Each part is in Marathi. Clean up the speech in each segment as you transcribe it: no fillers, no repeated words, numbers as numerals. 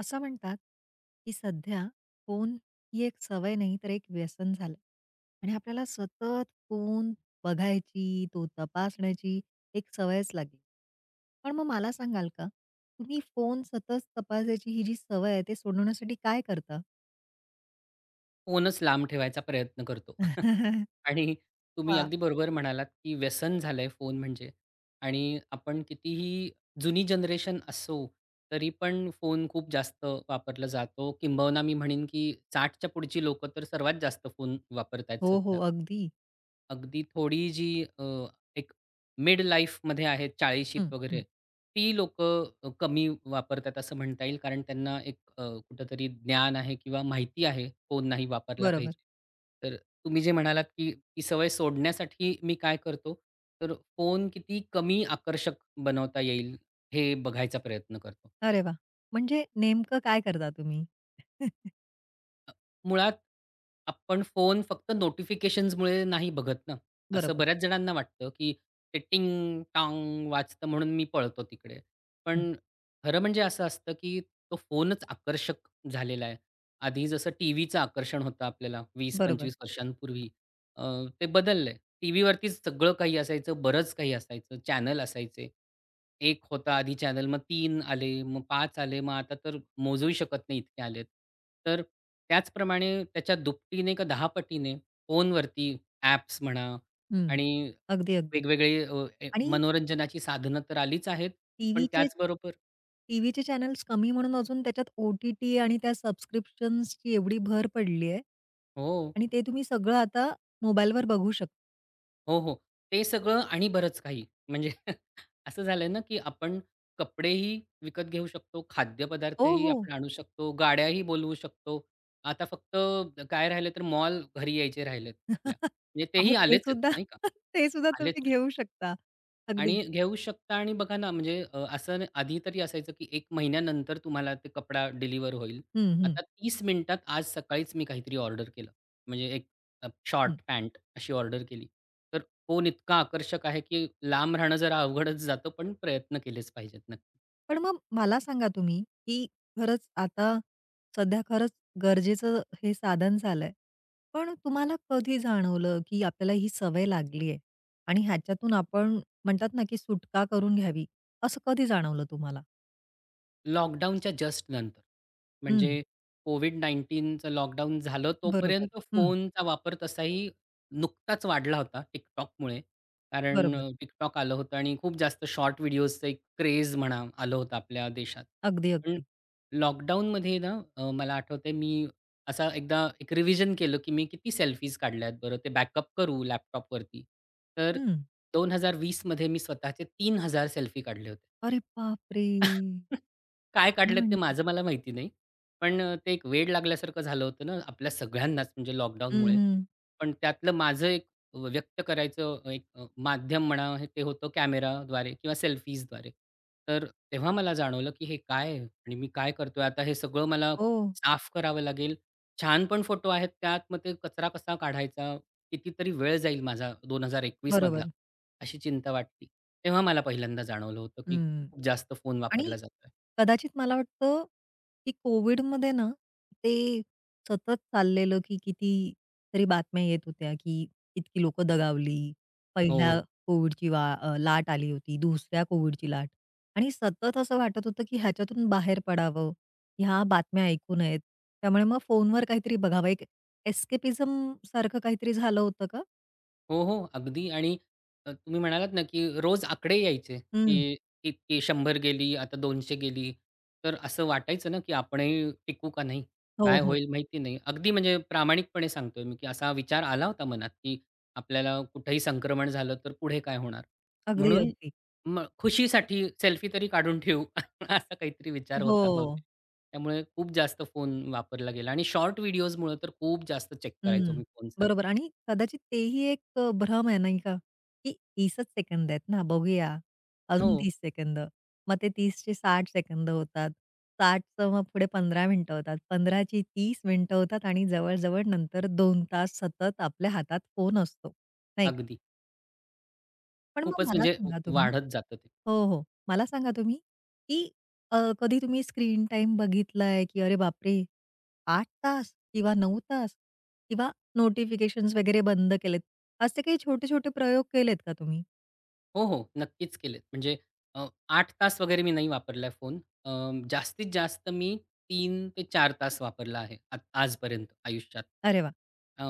असं म्हणतात की सध्या फोन ही एक सवय नाही तर एक व्यसन झालं आणि आपल्याला सतत फोन बघायची, तो तपासण्याची एक सवयच लागली. पण मग मला सांगाल का, तुम्ही फोन सतत तपासायची ही जी सवय आहे ते सोडवण्यासाठी काय करता? फोनच लांब ठेवायचा प्रयत्न करतो. आणि तुम्ही वाह! अगदी बरोबर म्हणालात, की व्यसन झालंय फोन म्हणजे आणि आपण कितीही जुनी जनरेशन असो, तरी पण फोन खूप जास्त वापरला जातो. किंबहुना मी म्हणेन, की 60च्या पुढची लोकं तर सर्वात जास्त फोन वापरतायत हो, सध्या. हो. अगदी. अगदी थोडी जी एक मिड लाईफमध्ये आहेत हं, 40शीत वगैरे, हं. ती लोक कमी वापरतात असं म्हणता येईल. कारण त्यांना एक कुठेतरी ज्ञान आहे किंवा माहिती आहे फोन नाही वापरला बरोबर. पाहिजे. तर तुम्ही जे म्हणालात, की "ती सवय सोडण्यासाठी मी काय करतो?" तर फोन किती कमी आकर्षक बनवता येईल हे बघायचा प्रयत्न करतो. अरे वाह! म्हणजे नेमकं काय करता तुम्ही? मुळात आपण फोन फक्त नोटिफिकेशन्समुळे नाही बघत ना, असं बरोबर. बऱ्याच जणांना वाटतं, की ते टिंग-टाँग वाजतं म्हणून मी पळतो तिकडे. हं, पण खरं म्हणजे असं असतं, की तो फोनच आकर्षक झालेला आहे. आधी जसं टीव्हीचं आकर्षण होतं आपल्याला बरोबर. 20-25 वर्षांपूर्वी अ, ते बदललंय. टीव्हीवरतीच सगळं काही असायचं, बरंच काही असायचं, चॅनल असायचे. एक होता आधी चॅनल, मग तीन आले, मग 5 आले, मग आता तर मोजूही शकत नाही इतके आलेत. तर त्याचप्रमाणे त्याच्या दुपटीने का 10 पटीने फोनवरती ॲप्स म्हणा हं. आणि अगदी, अगदी. वेगवेगळे अ, ए आणि मनोरंजनाची साधनं तर आलीच आहेत. पण टीव्हीचे त्याचबरोबर टीव्हीचे चॅनल्स कमी म्हणून अजून त्याच्यात ओ-टी-टी आणि त्या सबस्क्रिप्शन्सची एवढी भर पडली आहे हो, आणि ते तुम्ही सगळं आता मोबाईलवर बघू शकता. हो, हो. ते सगळं आणि बरंच काही म्हणजे असं झालंय ना, की आपण कपडेही विकत घेऊ शकतो, हो, खाद्यपदार्थही हो. आपण आणू शकतो, गाड्याही बोलवू शकतो. आता फक्त काय राहिलं तर मॉल घरी यायचे राहिलेत आपल्या. म्हणजे अहो, तेही ते आलेच आहेत, सुद्धा नाही का? ते सुद्धा आलेच तुम्ही आहेत. घेऊ शकता. अगदी. आणि घेऊ शकता आणि बघा ना म्हणजे आधी तरी असायचं की 1 महिन्यानंतर तुम्हाला ते कपडा डिलिव्हर होईल. हं, हं. आता 30 मिनिटात आज सकाळीच मी काहीतरी ऑर्डर केलं. म्हणजे एक शॉर्ट पॅन्ट अशी ऑर्डर केली. तर फोन इतका आकर्षक आहे की लांब राहणं जरा अवघडच जातं, पण प्रयत्न केलेच पाहिजेत नक्की. पण मग मला सांगा तुम्ही, की खरंच आता सध्या खरंच गरजेचं हे साधन झालंय. पण तुम्हाला कधी जाणवलं, की आपल्याला ही सवय लागली आहे आणि ह्याच्यातून आपण म्हणतात ना, की सुटका करून घ्यावी, असं कधी जाणवलं तुम्हाला? लॉकडाऊनच्या जस्ट नंतर. हं, म्हणजे कोविड 19चं लॉकडाऊन झालं बरोबर. तोपर्यंत हं, फोनचा वापर तसाही नुकताच वाढला होता TikTokमुळे. कारण बरोबर. TikTok आलं होतं आणि खूप जास्त शॉर्ट व्हिडिओजचं एक क्रेज म्हणा आलं होतं आपल्या देशात. अगदी, पण अगदी. लॉकडाऊनमध्ये ना मला आठवतंय मी असा एकदा एक रिव्हिजन केलं, की मी किती सेल्फीज काढल्यात बरं ते बॅकअप करू लॅपटॉपवरती. तर हं. 2020मध्ये मी स्वतःचे 3,000 सेल्फी काढले होते. अरे बापरे! काय काढलेत ते म्हणजे माझं मला माहिती नाही. पण ते एक वेड लागल्यासारखं झालं होतं ना आपल्या सगळ्यांनाच म्हणजे हं, लॉकडाऊनमुळे. हं. पण त्यातलं माझं एक व्यक्त करायचं एक माध्यम म्हणा हे ते होतं कॅमेराद्वारे किंवा सेल्फीजद्वारे. तर तेव्हा मला जाणवलं, की हे काय आहे आणि मी काय करतोय आता हे सगळं मला हो, साफ करावं लागेल. छान पण फोटो आहेत त्यात, मग ते कचरा कसा काढायचा? कितीतरी वेळ जाईल माझा 2021 मधला, बरोबर. अशी चिंता वाटली. तेव्हा मला पहिल्यांदा जाणवलं होतं, की हं. जास्त फोन आणि वापरला जातोय. कदाचित मला वाटतं, की कोविडमध्ये ना, ते सतत चाललेलं, की किती कितीतरी बातम्या येत होत्या, की इतकी लोकं दगावली. पहिल्या हो. कोविडची लाट आली होती, दुसऱ्या कोविडची लाट आणि सतत असं वाटत होतं, की ह्याच्यातून बाहेर पडावं, ह्या बातम्या ऐकू नयेत. त्यामुळे मग फोनवर काहीतरी बघावं. एक एस्केपिझम सारखं काहीतरी झालं होतं का? हो, हो. अगदी आणि तुम्ही म्हणालात ना, की रोज आकडे यायचे, हं. की इतकी 100 गेली, आता 200 गेली. तर असं वाटायचं ना, की आपणही टिकू का नाही? हो, काय हो. होईल माहिती नाही. अगदी म्हणजे प्रामाणिकपणे सांगतोय मी, की असा विचार आला होता मनात, की आपल्याला कुठेही संक्रमण झालं तर पुढे काय होणार? अगदी, म्हणून अगदी. मग खुशीसाठी सेल्फी तरी काढून ठेवू असा काहीतरी विचार हो. होता बहुतेक. त्यामुळे खूप जास्त फोन वापरला गेला आणि शॉर्ट व्हिडिओजमुळे तर खूप जास्त चेक करायचो मी हं. फोन सारखा. बरोबर आणि कदाचित तेही एक भ्रम आहे नाही का, की 30च सेकंद आहेत ना, बघूया हो, अजून 30 सेकंद. मग ते 30 चे 60 सेकंद होतात. 60चं मग पुढे 15 मिनिटं होतात. 15 ची 30 मिनिटं होतात आणि जवळ-जवळ नंतर 2 तास सतत आपल्या हातात फोन असतो, नाही का? अगदी. पण मग खूपच मला म्हणजे सांगा तुम्ही वाढत जातं हो, हो. मला सांगा तुम्ही, की कधी तुम्ही स्क्रीन टाईम बघितलाय, की अरे बापरे! 8 तास किंवा 9 तास किंवा नोटिफिकेशन्स वगैरे बंद केलेत. असे काही छोटे-छोटे प्रयोग केलेत का तुम्ही? हो, हो. नक्कीच केलेत. म्हणजे अ, 8 तास वगैरे मी नाही वापरलाय फोन. अ, जास्तीत जास्त मी 3 ते चार तास वापरला आहे आजपर्यंत आयुष्यात. अरे वाह! अ,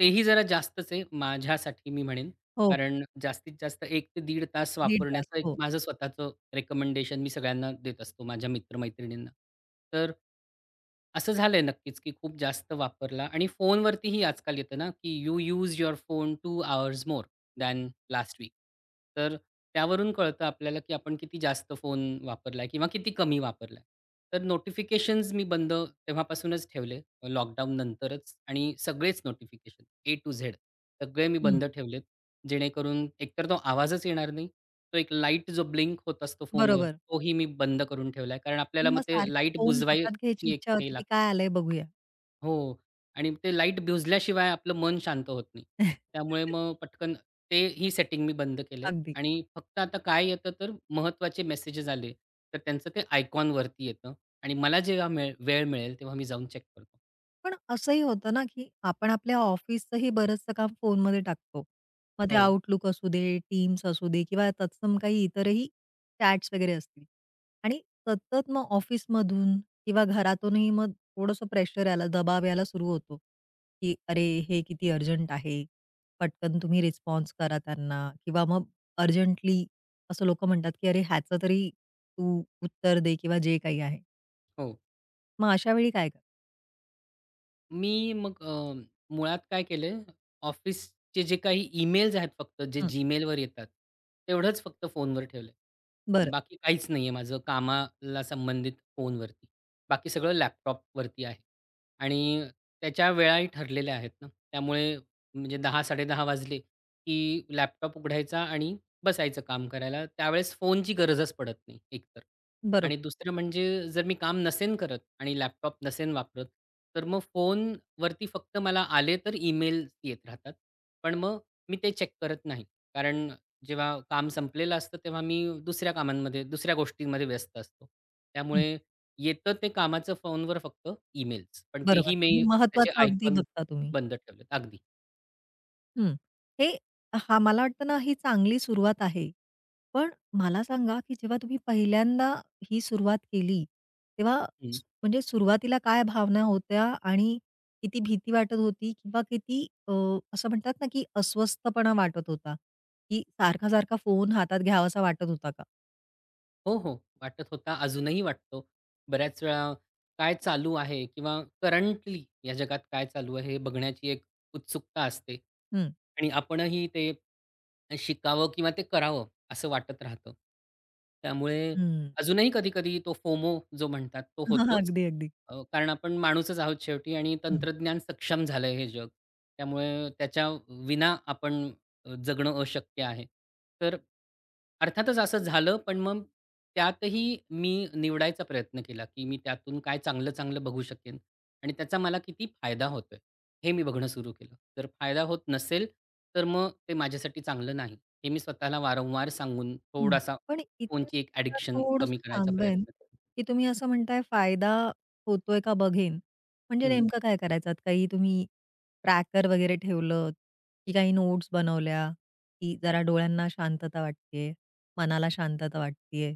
तेही जरा जास्तच आहे माझ्यासाठी मी म्हणेन. हो. कारण जास्तीत जास्त 1 ते 1.5 तास दीड तास. वापरण्याचं एक हो. माझं स्वतःचं रिकमेंडेशन मी सगळ्यांना देत असतो, माझ्या मित्र तर असं झालंय नक्कीच, की खूप जास्त वापरला आणि फोनवरतीही आजकाल येतं ना, की you used your phone 2 hours more. Than last week. तर त्यावरून कळतं आपल्याला, की आपण किती जास्त फोन वापरलाय किंवा किती कमी वापरलाय. तर नोटिफिकेशन्स मी बंद तेव्हापासूनच ठेवले लॉकडाऊन नंतरच आणि सगळेच नोटिफिकेशन ए टू झेड सगळे मी हं. बंद ठेवलेत. जेणेकरून एकतर तो आवाजच येणार नाही. तो एक लाईट जो ब्लिंक होत असतो फोनवर बरोबर. तोही मी बंद करून ठेवलाय. कारण आपल्याला मग मग ते सारखं लाईट फोन हातात घ्यायची बुजवायची एक इच्छा हे होते, की लागते. काय आलंय बघूया. हो. आणि ते लाईट भिजल्याशिवाय आपलं मन शांत होत नाही. त्यामुळे मग पटकन ते ही सेटिंग मी बंद केलंय अगदी. आणि फक्त आता काय येतं तर महत्त्वाचे मेसेजेस आले, तर त्यांचं ते आयकॉनवरती येतं आणि मला जेव्हा वेळ मिळेल तेव्हा मी जाऊन चेक करतो. पण असंही होतं ना, की आपण आपल्या ऑफिसचंही बरचसं काम फोनमध्ये टाकतो. मग ते हो, Outlook असू दे, Teams असू दे किंवा तत्सम काही इतरही चॅट्स वगैरे असतील. आणि सतत मग ऑफिसमधून किंवा घरातूनही मग थोडंसं प्रेशर यायला, दबाव यायला सुरू होतो, की "अरे, हे किती अर्जंट आहे. पटकन तुम्ही रिस्पॉन्स करा त्यांना." किंवा मग अर्जंटली असं लोकं म्हणतात, की "अरे, ह्याचं तरी तू उत्तर दे" किंवा जे काही आहे. हो. मग अशा वेळी काय कर मी मग मुळात काय केलंय, ऑफिसचे जे काही ईमेल्स आहेत फक्त जे हं. Gmailवर येतात, तेवढंच फक्त फोनवर ठेवलंय. बरं, बाकी काहीच नाहीये माझं कामाला संबंधित फोनवरती. बाकी सगळं लॅपटॉपवरती आहे. आणि त्याच्या वेळाही ठरलेल्या आहेत ना. त्यामुळे म्हणजे 10:00-10:30 वाजले, की लॅपटॉप उघडायचा आणि बसायचं काम करायला. त्यावेळेस फोनची गरजच पडत नाही एकतर. आणि बरोबर. दुसरं म्हणजे जर मी काम नसेन करत आणि लॅपटॉप नसेन वापरत, तर मग फोनवरती फक्त मला आले तर ईमेल्स येत राहतात. पण मग मी ते चेक करत नाही. कारण जेव्हा काम संपलेलं असतं तेव्हा मी दुसऱ्या कामांमध्ये, दुसऱ्या गोष्टींमध्ये व्यस्त असतो. त्यामुळे येतं ते कामाचं फोनवर फक्त ईमेल्स. पण बरोबर. तेही म्हणजे मी त्याचे महत्वाचं अगदी आयकॉन बघता तुम्ही. बंद ठेवलेत. अगदी. हं. हे हां, मला वाटतं ना, ही चांगली सुरुवात आहे. पण मला सांगा, की जेव्हा तुम्ही पहिल्यांदा ही सुरुवात केली, तेव्हा हं. सु- म्हणजे सुरुवातीला काय भावना होत्या आणि किती भीती वाटत होती किंवा किती असं म्हणतात ना, की अस्वस्थपणा वाटत होता, की सारखा-सारखा फोन हातात घ्यावासा वाटत होता का? हो, हो. वाटत होता, अजूनही वाटतो. बऱ्याच वेळा काय चालू आहे किंवा करंटली या जगात काय चालू आहे हे बघण्याची एक उत्सुकता असते हं. आणि आपणही ते शिकावं किंवा ते करावं असं वाटत राहतं. त्यामुळे हं. अजूनही कधी-कधी तो फोमो जो म्हणतात तो होतोच. अगदी, अगदी. कारण आपण माणूसच आहोत शेवटी आणि तंत्रज्ञान सक्षम झालंय हे जग. त्यामुळे त्याच्या विना आपण जगणं अशक्य आहे. तर अर्थातच असं झालं, पण मग त्यातही मी निवडायचा प्रयत्न केला, की मी त्यातून काय चांगलं-चांगलं बघू शकेन आणि त्याचा मला किती फायदा होतोय, हे मी बघणं सुरू केलं. जर फायदा होत नसेल, तर मग ते माझ्यासाठी चांगलं नाही. हे मी स्वतःला वारंवार सांगून हं. थोडासा पण इथे फोनची एक मला ॲडिक्शन कमी थोडंसं करायचा थांबवेन, प्रयत्न केला. की तुम्ही असं म्हणताय फायदा होतोय का बघेन. म्हणजे हं. नेमकं काय करायचात? काही तुम्ही ट्रॅकर वगैरे ठेवलं, की काही नोट्स बनवल्या, की जरा डोळ्यांना शांतता वाटतेय, मनाला शांतता वाटतेय.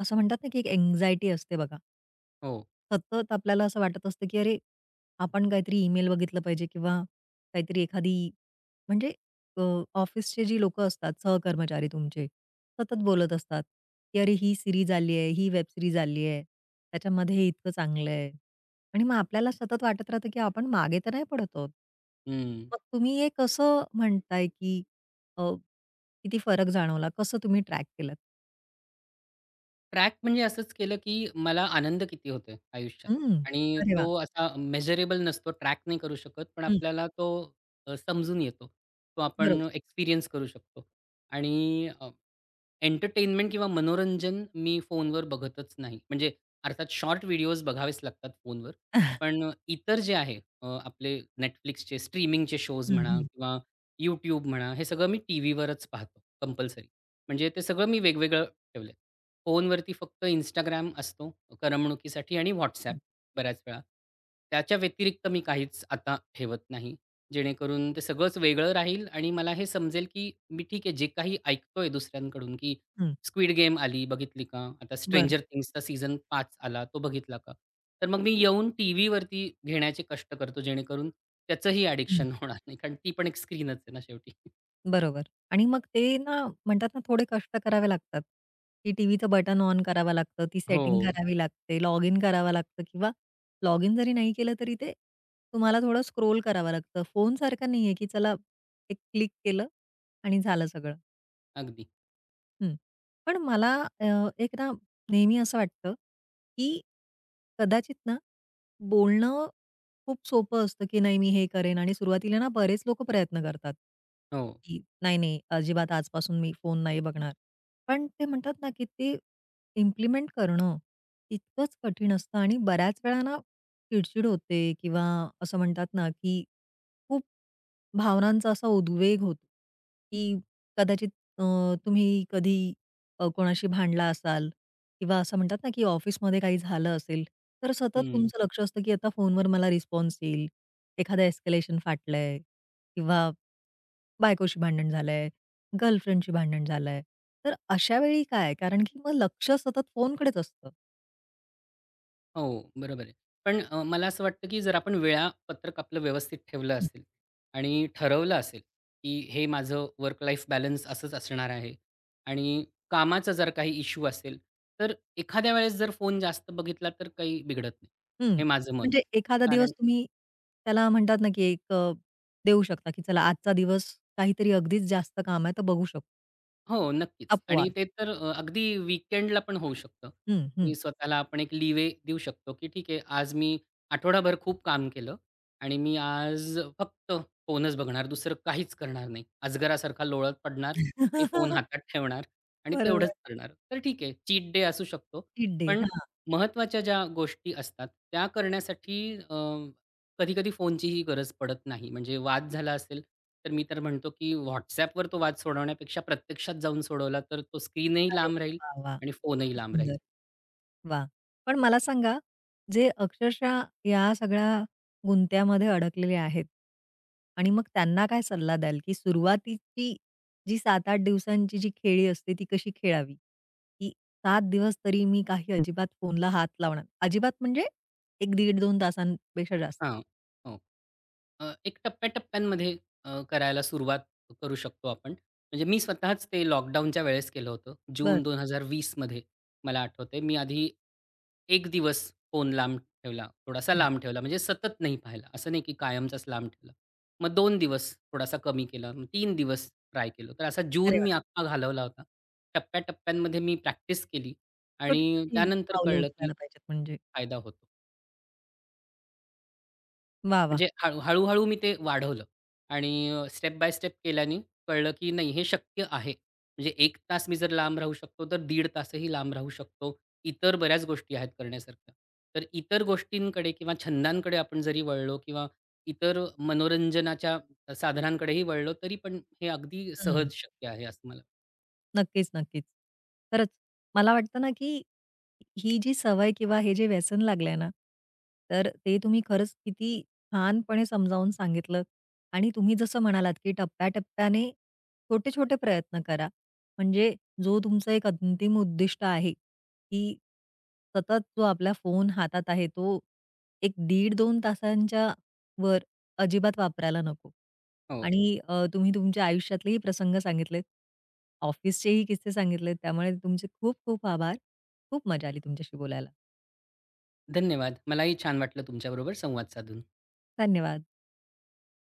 असं म्हणतात ना, की एक अँक्झायटी असते बघा. हो. सतत आपल्याला असं वाटत असतं, की अरे, आपण काहीतरी ईमेल बघितलं पाहिजे किंवा काहीतरी एखादी म्हणजे अ, ऑफिसचे जी लोकं असतात, सहकर्मचारी तुमचे, सतत बोलत असतात, की "अरे, ही सीरीज आली आहे, ही वेब सीरीज आली आहे, त्याच्यामध्ये हे इतकं चांगलं आहे." आणि मग आपल्याला सतत वाटत राहतं, की आपण मागे तर नाही पडत आहोत. हं. मग तुम्ही हे कसं म्हणताय, की अ, किती फरक जाणवला? कसं तुम्ही ट्रॅक केलंत? ट्रॅक म्हणजे असंच केलं, की मला आनंद किती होतोय आयुष्यात हं. आणि अरे वाह! तो असा मेजरेबल नसतो, ट्रॅक नाही करू शकत, पण हं. आपल्याला तो समजून येतो. तो बरोबर. आपण एक्सपिरियन्स करू शकतो आणि एंटरटेनमेंट किंवा मनोरंजन मी फोनवर बघतच नाही. म्हणजे अर्थात शॉर्ट व्हिडिओज बघावेच लागतात फोनवर. पण इतर जे आहे आपले Netflixचे स्ट्रीमिंगचे शोज हं, म्हणा हं. किंवा YouTube म्हणा, हे सगळं मी टीव्हीवरच पाहतो कंपल्सरी. म्हणजे ते सगळं मी वेगवेगळं ठेवलंय. फोनवरती फक्त Instagram असतो करमणुकीसाठी आणि WhatsApp हं, बऱ्याच वेळा. त्याच्या व्यतिरिक्त मी काहीच आता ठेवत नाही. जेणेकरून ते सगळंच वेगळं राहील आणि मला हे समजेल, की मी ठीक आहे, जे काही ऐकतोय दुसऱ्यांकडून, की हं. स्क्विड गेम आली, बघितली का? आता बरं. स्ट्रेंजर थिंग्सचा सीझन 5 आला, तो बघितला का? तर मग मी येऊन टीव्हीवरती घेण्याचे कष्ट करतो, जेणेकरून त्याचंही ॲडिक्शन होणार नाही. कारण ती पण एक स्क्रीनच आहे ना शेवटी. बरोबर. आणि मग ते ना म्हणतात ना थोडे कष्ट करावे लागतात, की टीव्हीचं बटन ऑन करावं लागतं, ती सेटिंग हो, करावी लागते, लॉग इन करावं लागतं किंवा लॉग इन जरी नाही केलं तरी ते तुम्हाला थोडं स्क्रोल करावं लागतं. फोनसारखं नाहीये, की चला एक क्लिक केलं आणि झालं सगळं. अगदी. हं. पण मला अ, एक ना नेहमी असं वाटतं, की कदाचित ना बोलणं खूप सोपं असतं, की नाही मी हे करेन आणि सुरुवातीला ना बरेच लोक प्रयत्न करतात, हो. की नाही, नाही अजिबात आजपासून मी फोन नाही बघणार. पण ते म्हणतात ना, की ते इम्प्लिमेंट करणं तितकंच कठीण असतं आणि बऱ्याच वेळा ना चिडचिड होते किंवा असं म्हणतात ना, की खूप भावनांचा असा उद्वेग होतो, की कदाचित अ, तुम्ही कधी कोणाशी भांडला असाल किंवा असं म्हणतात ना, की ऑफिसमध्ये काही झालं असेल, तर सतत हं. तुमचं लक्ष असतं, की आता फोनवर मला रिस्पॉन्स येईल. एखादं एस्केलेशन फाटलंय किंवा बायकोशी भांडण झालंय, गर्लफ्रेंडशी भांडण झालंय. तर अशा वेळी काय? कारण की मग लक्ष सतत फोनकडेच असतं. हो, बरोबर आहे. पण मला असं वाटतं, की जर आपण वेळापत्रक आपलं व्यवस्थित ठेवलं हं. असेल आणि ठरवलं असेल, की हे माझं वर्क लाईफ बॅलन्स असंच असणार आहे आणि कामाचा जर काही इश्यू असेल, तर एखाद्या वेळेस जर फोन जास्त बघितला, तर काही बिघडत नाही. हं. हे माझं मत म्हणजे आहे. एखादा कारण दिवस तुम्ही त्याला म्हणतात ना, की एक देऊ शकता, की चला आजचा दिवस काहीतरी अगदीच जास्त काम आहे, तर बघू शकतो. हो, नक्कीच. आणि अपवाद. ते तर अगदी वीकेंडला पण होऊ शकतं, हं, की हं. स्वतःला आपण एक लीवे देऊ शकतो, की ठीक आहे, आज मी आठवडाभर खूप काम केलं आणि मी आज फक्त फोनच बघणार, दुसरं काहीच करणार नाही. अजगरासारखा लोळत पडणार आणि फोन हातात ठेवणार आणि तेवढंच बरोबर. करणार. तर ठीक आहे, चीट डे असू शकतो. Cheat day. पण हां. महत्त्वाच्या ज्या गोष्टी असतात, त्या करण्यासाठी अ, कधी-कधी फोनचीही गरज पडत नाही. म्हणजे वाद झाला असेल, तर मी तर म्हणतो, की WhatsAppवर तो वाद सोडवण्यापेक्षा प्रत्यक्षात जाऊन सोडवला, तर तो स्क्रीनही अरे लांब वाह! राहील वाह! वाह! आणि फोनही किती लांब राहील. सुंदर. वाह! पण मला सांगा, जे अक्षरशः या सगळ्या गुंत्यामध्ये अडकलेले आहेत आणि मग त्यांना काय सल्ला द्याल, की सुरुवातीची जी 7-8 दिवसांची जी खेळी असते, ती कशी खेळावी? की 7 दिवस तरी मी काही अजिबात फोनला हात लावणार अजिबात म्हणजे 1 दीड-2 तासांपेक्षा जास्त. हां. हो. एक टप्प्या-टप्प्यांमध्ये करायला सुरुवात करू शकतो आपण. म्हणजे मी स्वतःच ते लॉकडाऊनच्या वेळेस केलं होतं. बरं. जून 2020मध्ये मला आठवतंय. मी आधी एक दिवस फोन लांब ठेवला, थोडासा हं. लांब ठेवला म्हणजे सतत नाही पाहिला. असं नाही की कायमचाच लांब ठेवला. मग दोन दिवस थोडासा कमी केला. मग 3 दिवस ट्राय केलं. तर असा जून अरे मी वाह! अख्खा घालवला होता. टप्प्या मी प्रॅक्टिस केली आणि छोटी-छोटी त्यानंतर पावलं कळलं की उचलायला पाहिजेत म्हणजे. फायदा होतो. वाह! वाह! म्हणजे हळू हळू मी ते वाढवलं आणि स्टेप बाय स्टेप केल्याने कळलं, की नाही हे शक्य आहे. म्हणजे 1 तास मी जर लांब राहू शकतो, तर दीड तासही लांब राहू शकतो. इतर बऱ्याच गोष्टी आहेत करण्यासारख्या. तर इतर गोष्टींकडे किंवा छंदांकडे आपण जरी वळलो किंवा इतर मनोरंजनाच्या साधनांकडेही वळलो, तरी पण हे अगदी हं. सहज शक्य आहे असं मला नक्कीच, नक्कीच. खरंच मला वाटतं ना, की ही जी सवय किंवा हे जे व्यसन लागलंय ना, तर ते तुम्ही खरंच किती छानपणे समजावून सांगितलं आणि तुम्ही जसं म्हणालात, की टप्प्याटप्प्याने छोटे-छोटे प्रयत्न करा. म्हणजे जो तुमचं एक अंतिम उद्दिष्ट आहे, की सतत जो आपला फोन हातात आहे, तो एक 1.5-2 तासांच्या वर अजिबात वापरायला नको. हो. आणि तुम्ही तुमच्या आयुष्यातलेही प्रसंग सांगितलेत, ऑफिसचेही किस्से सांगितलेत, त्यामुळे तुमचे खूप खूप आभार. खूप मजा आली तुमच्याशी बोलायला. धन्यवाद. मलाही छान वाटलं तुमच्याबरोबर संवाद साधून. धन्यवाद.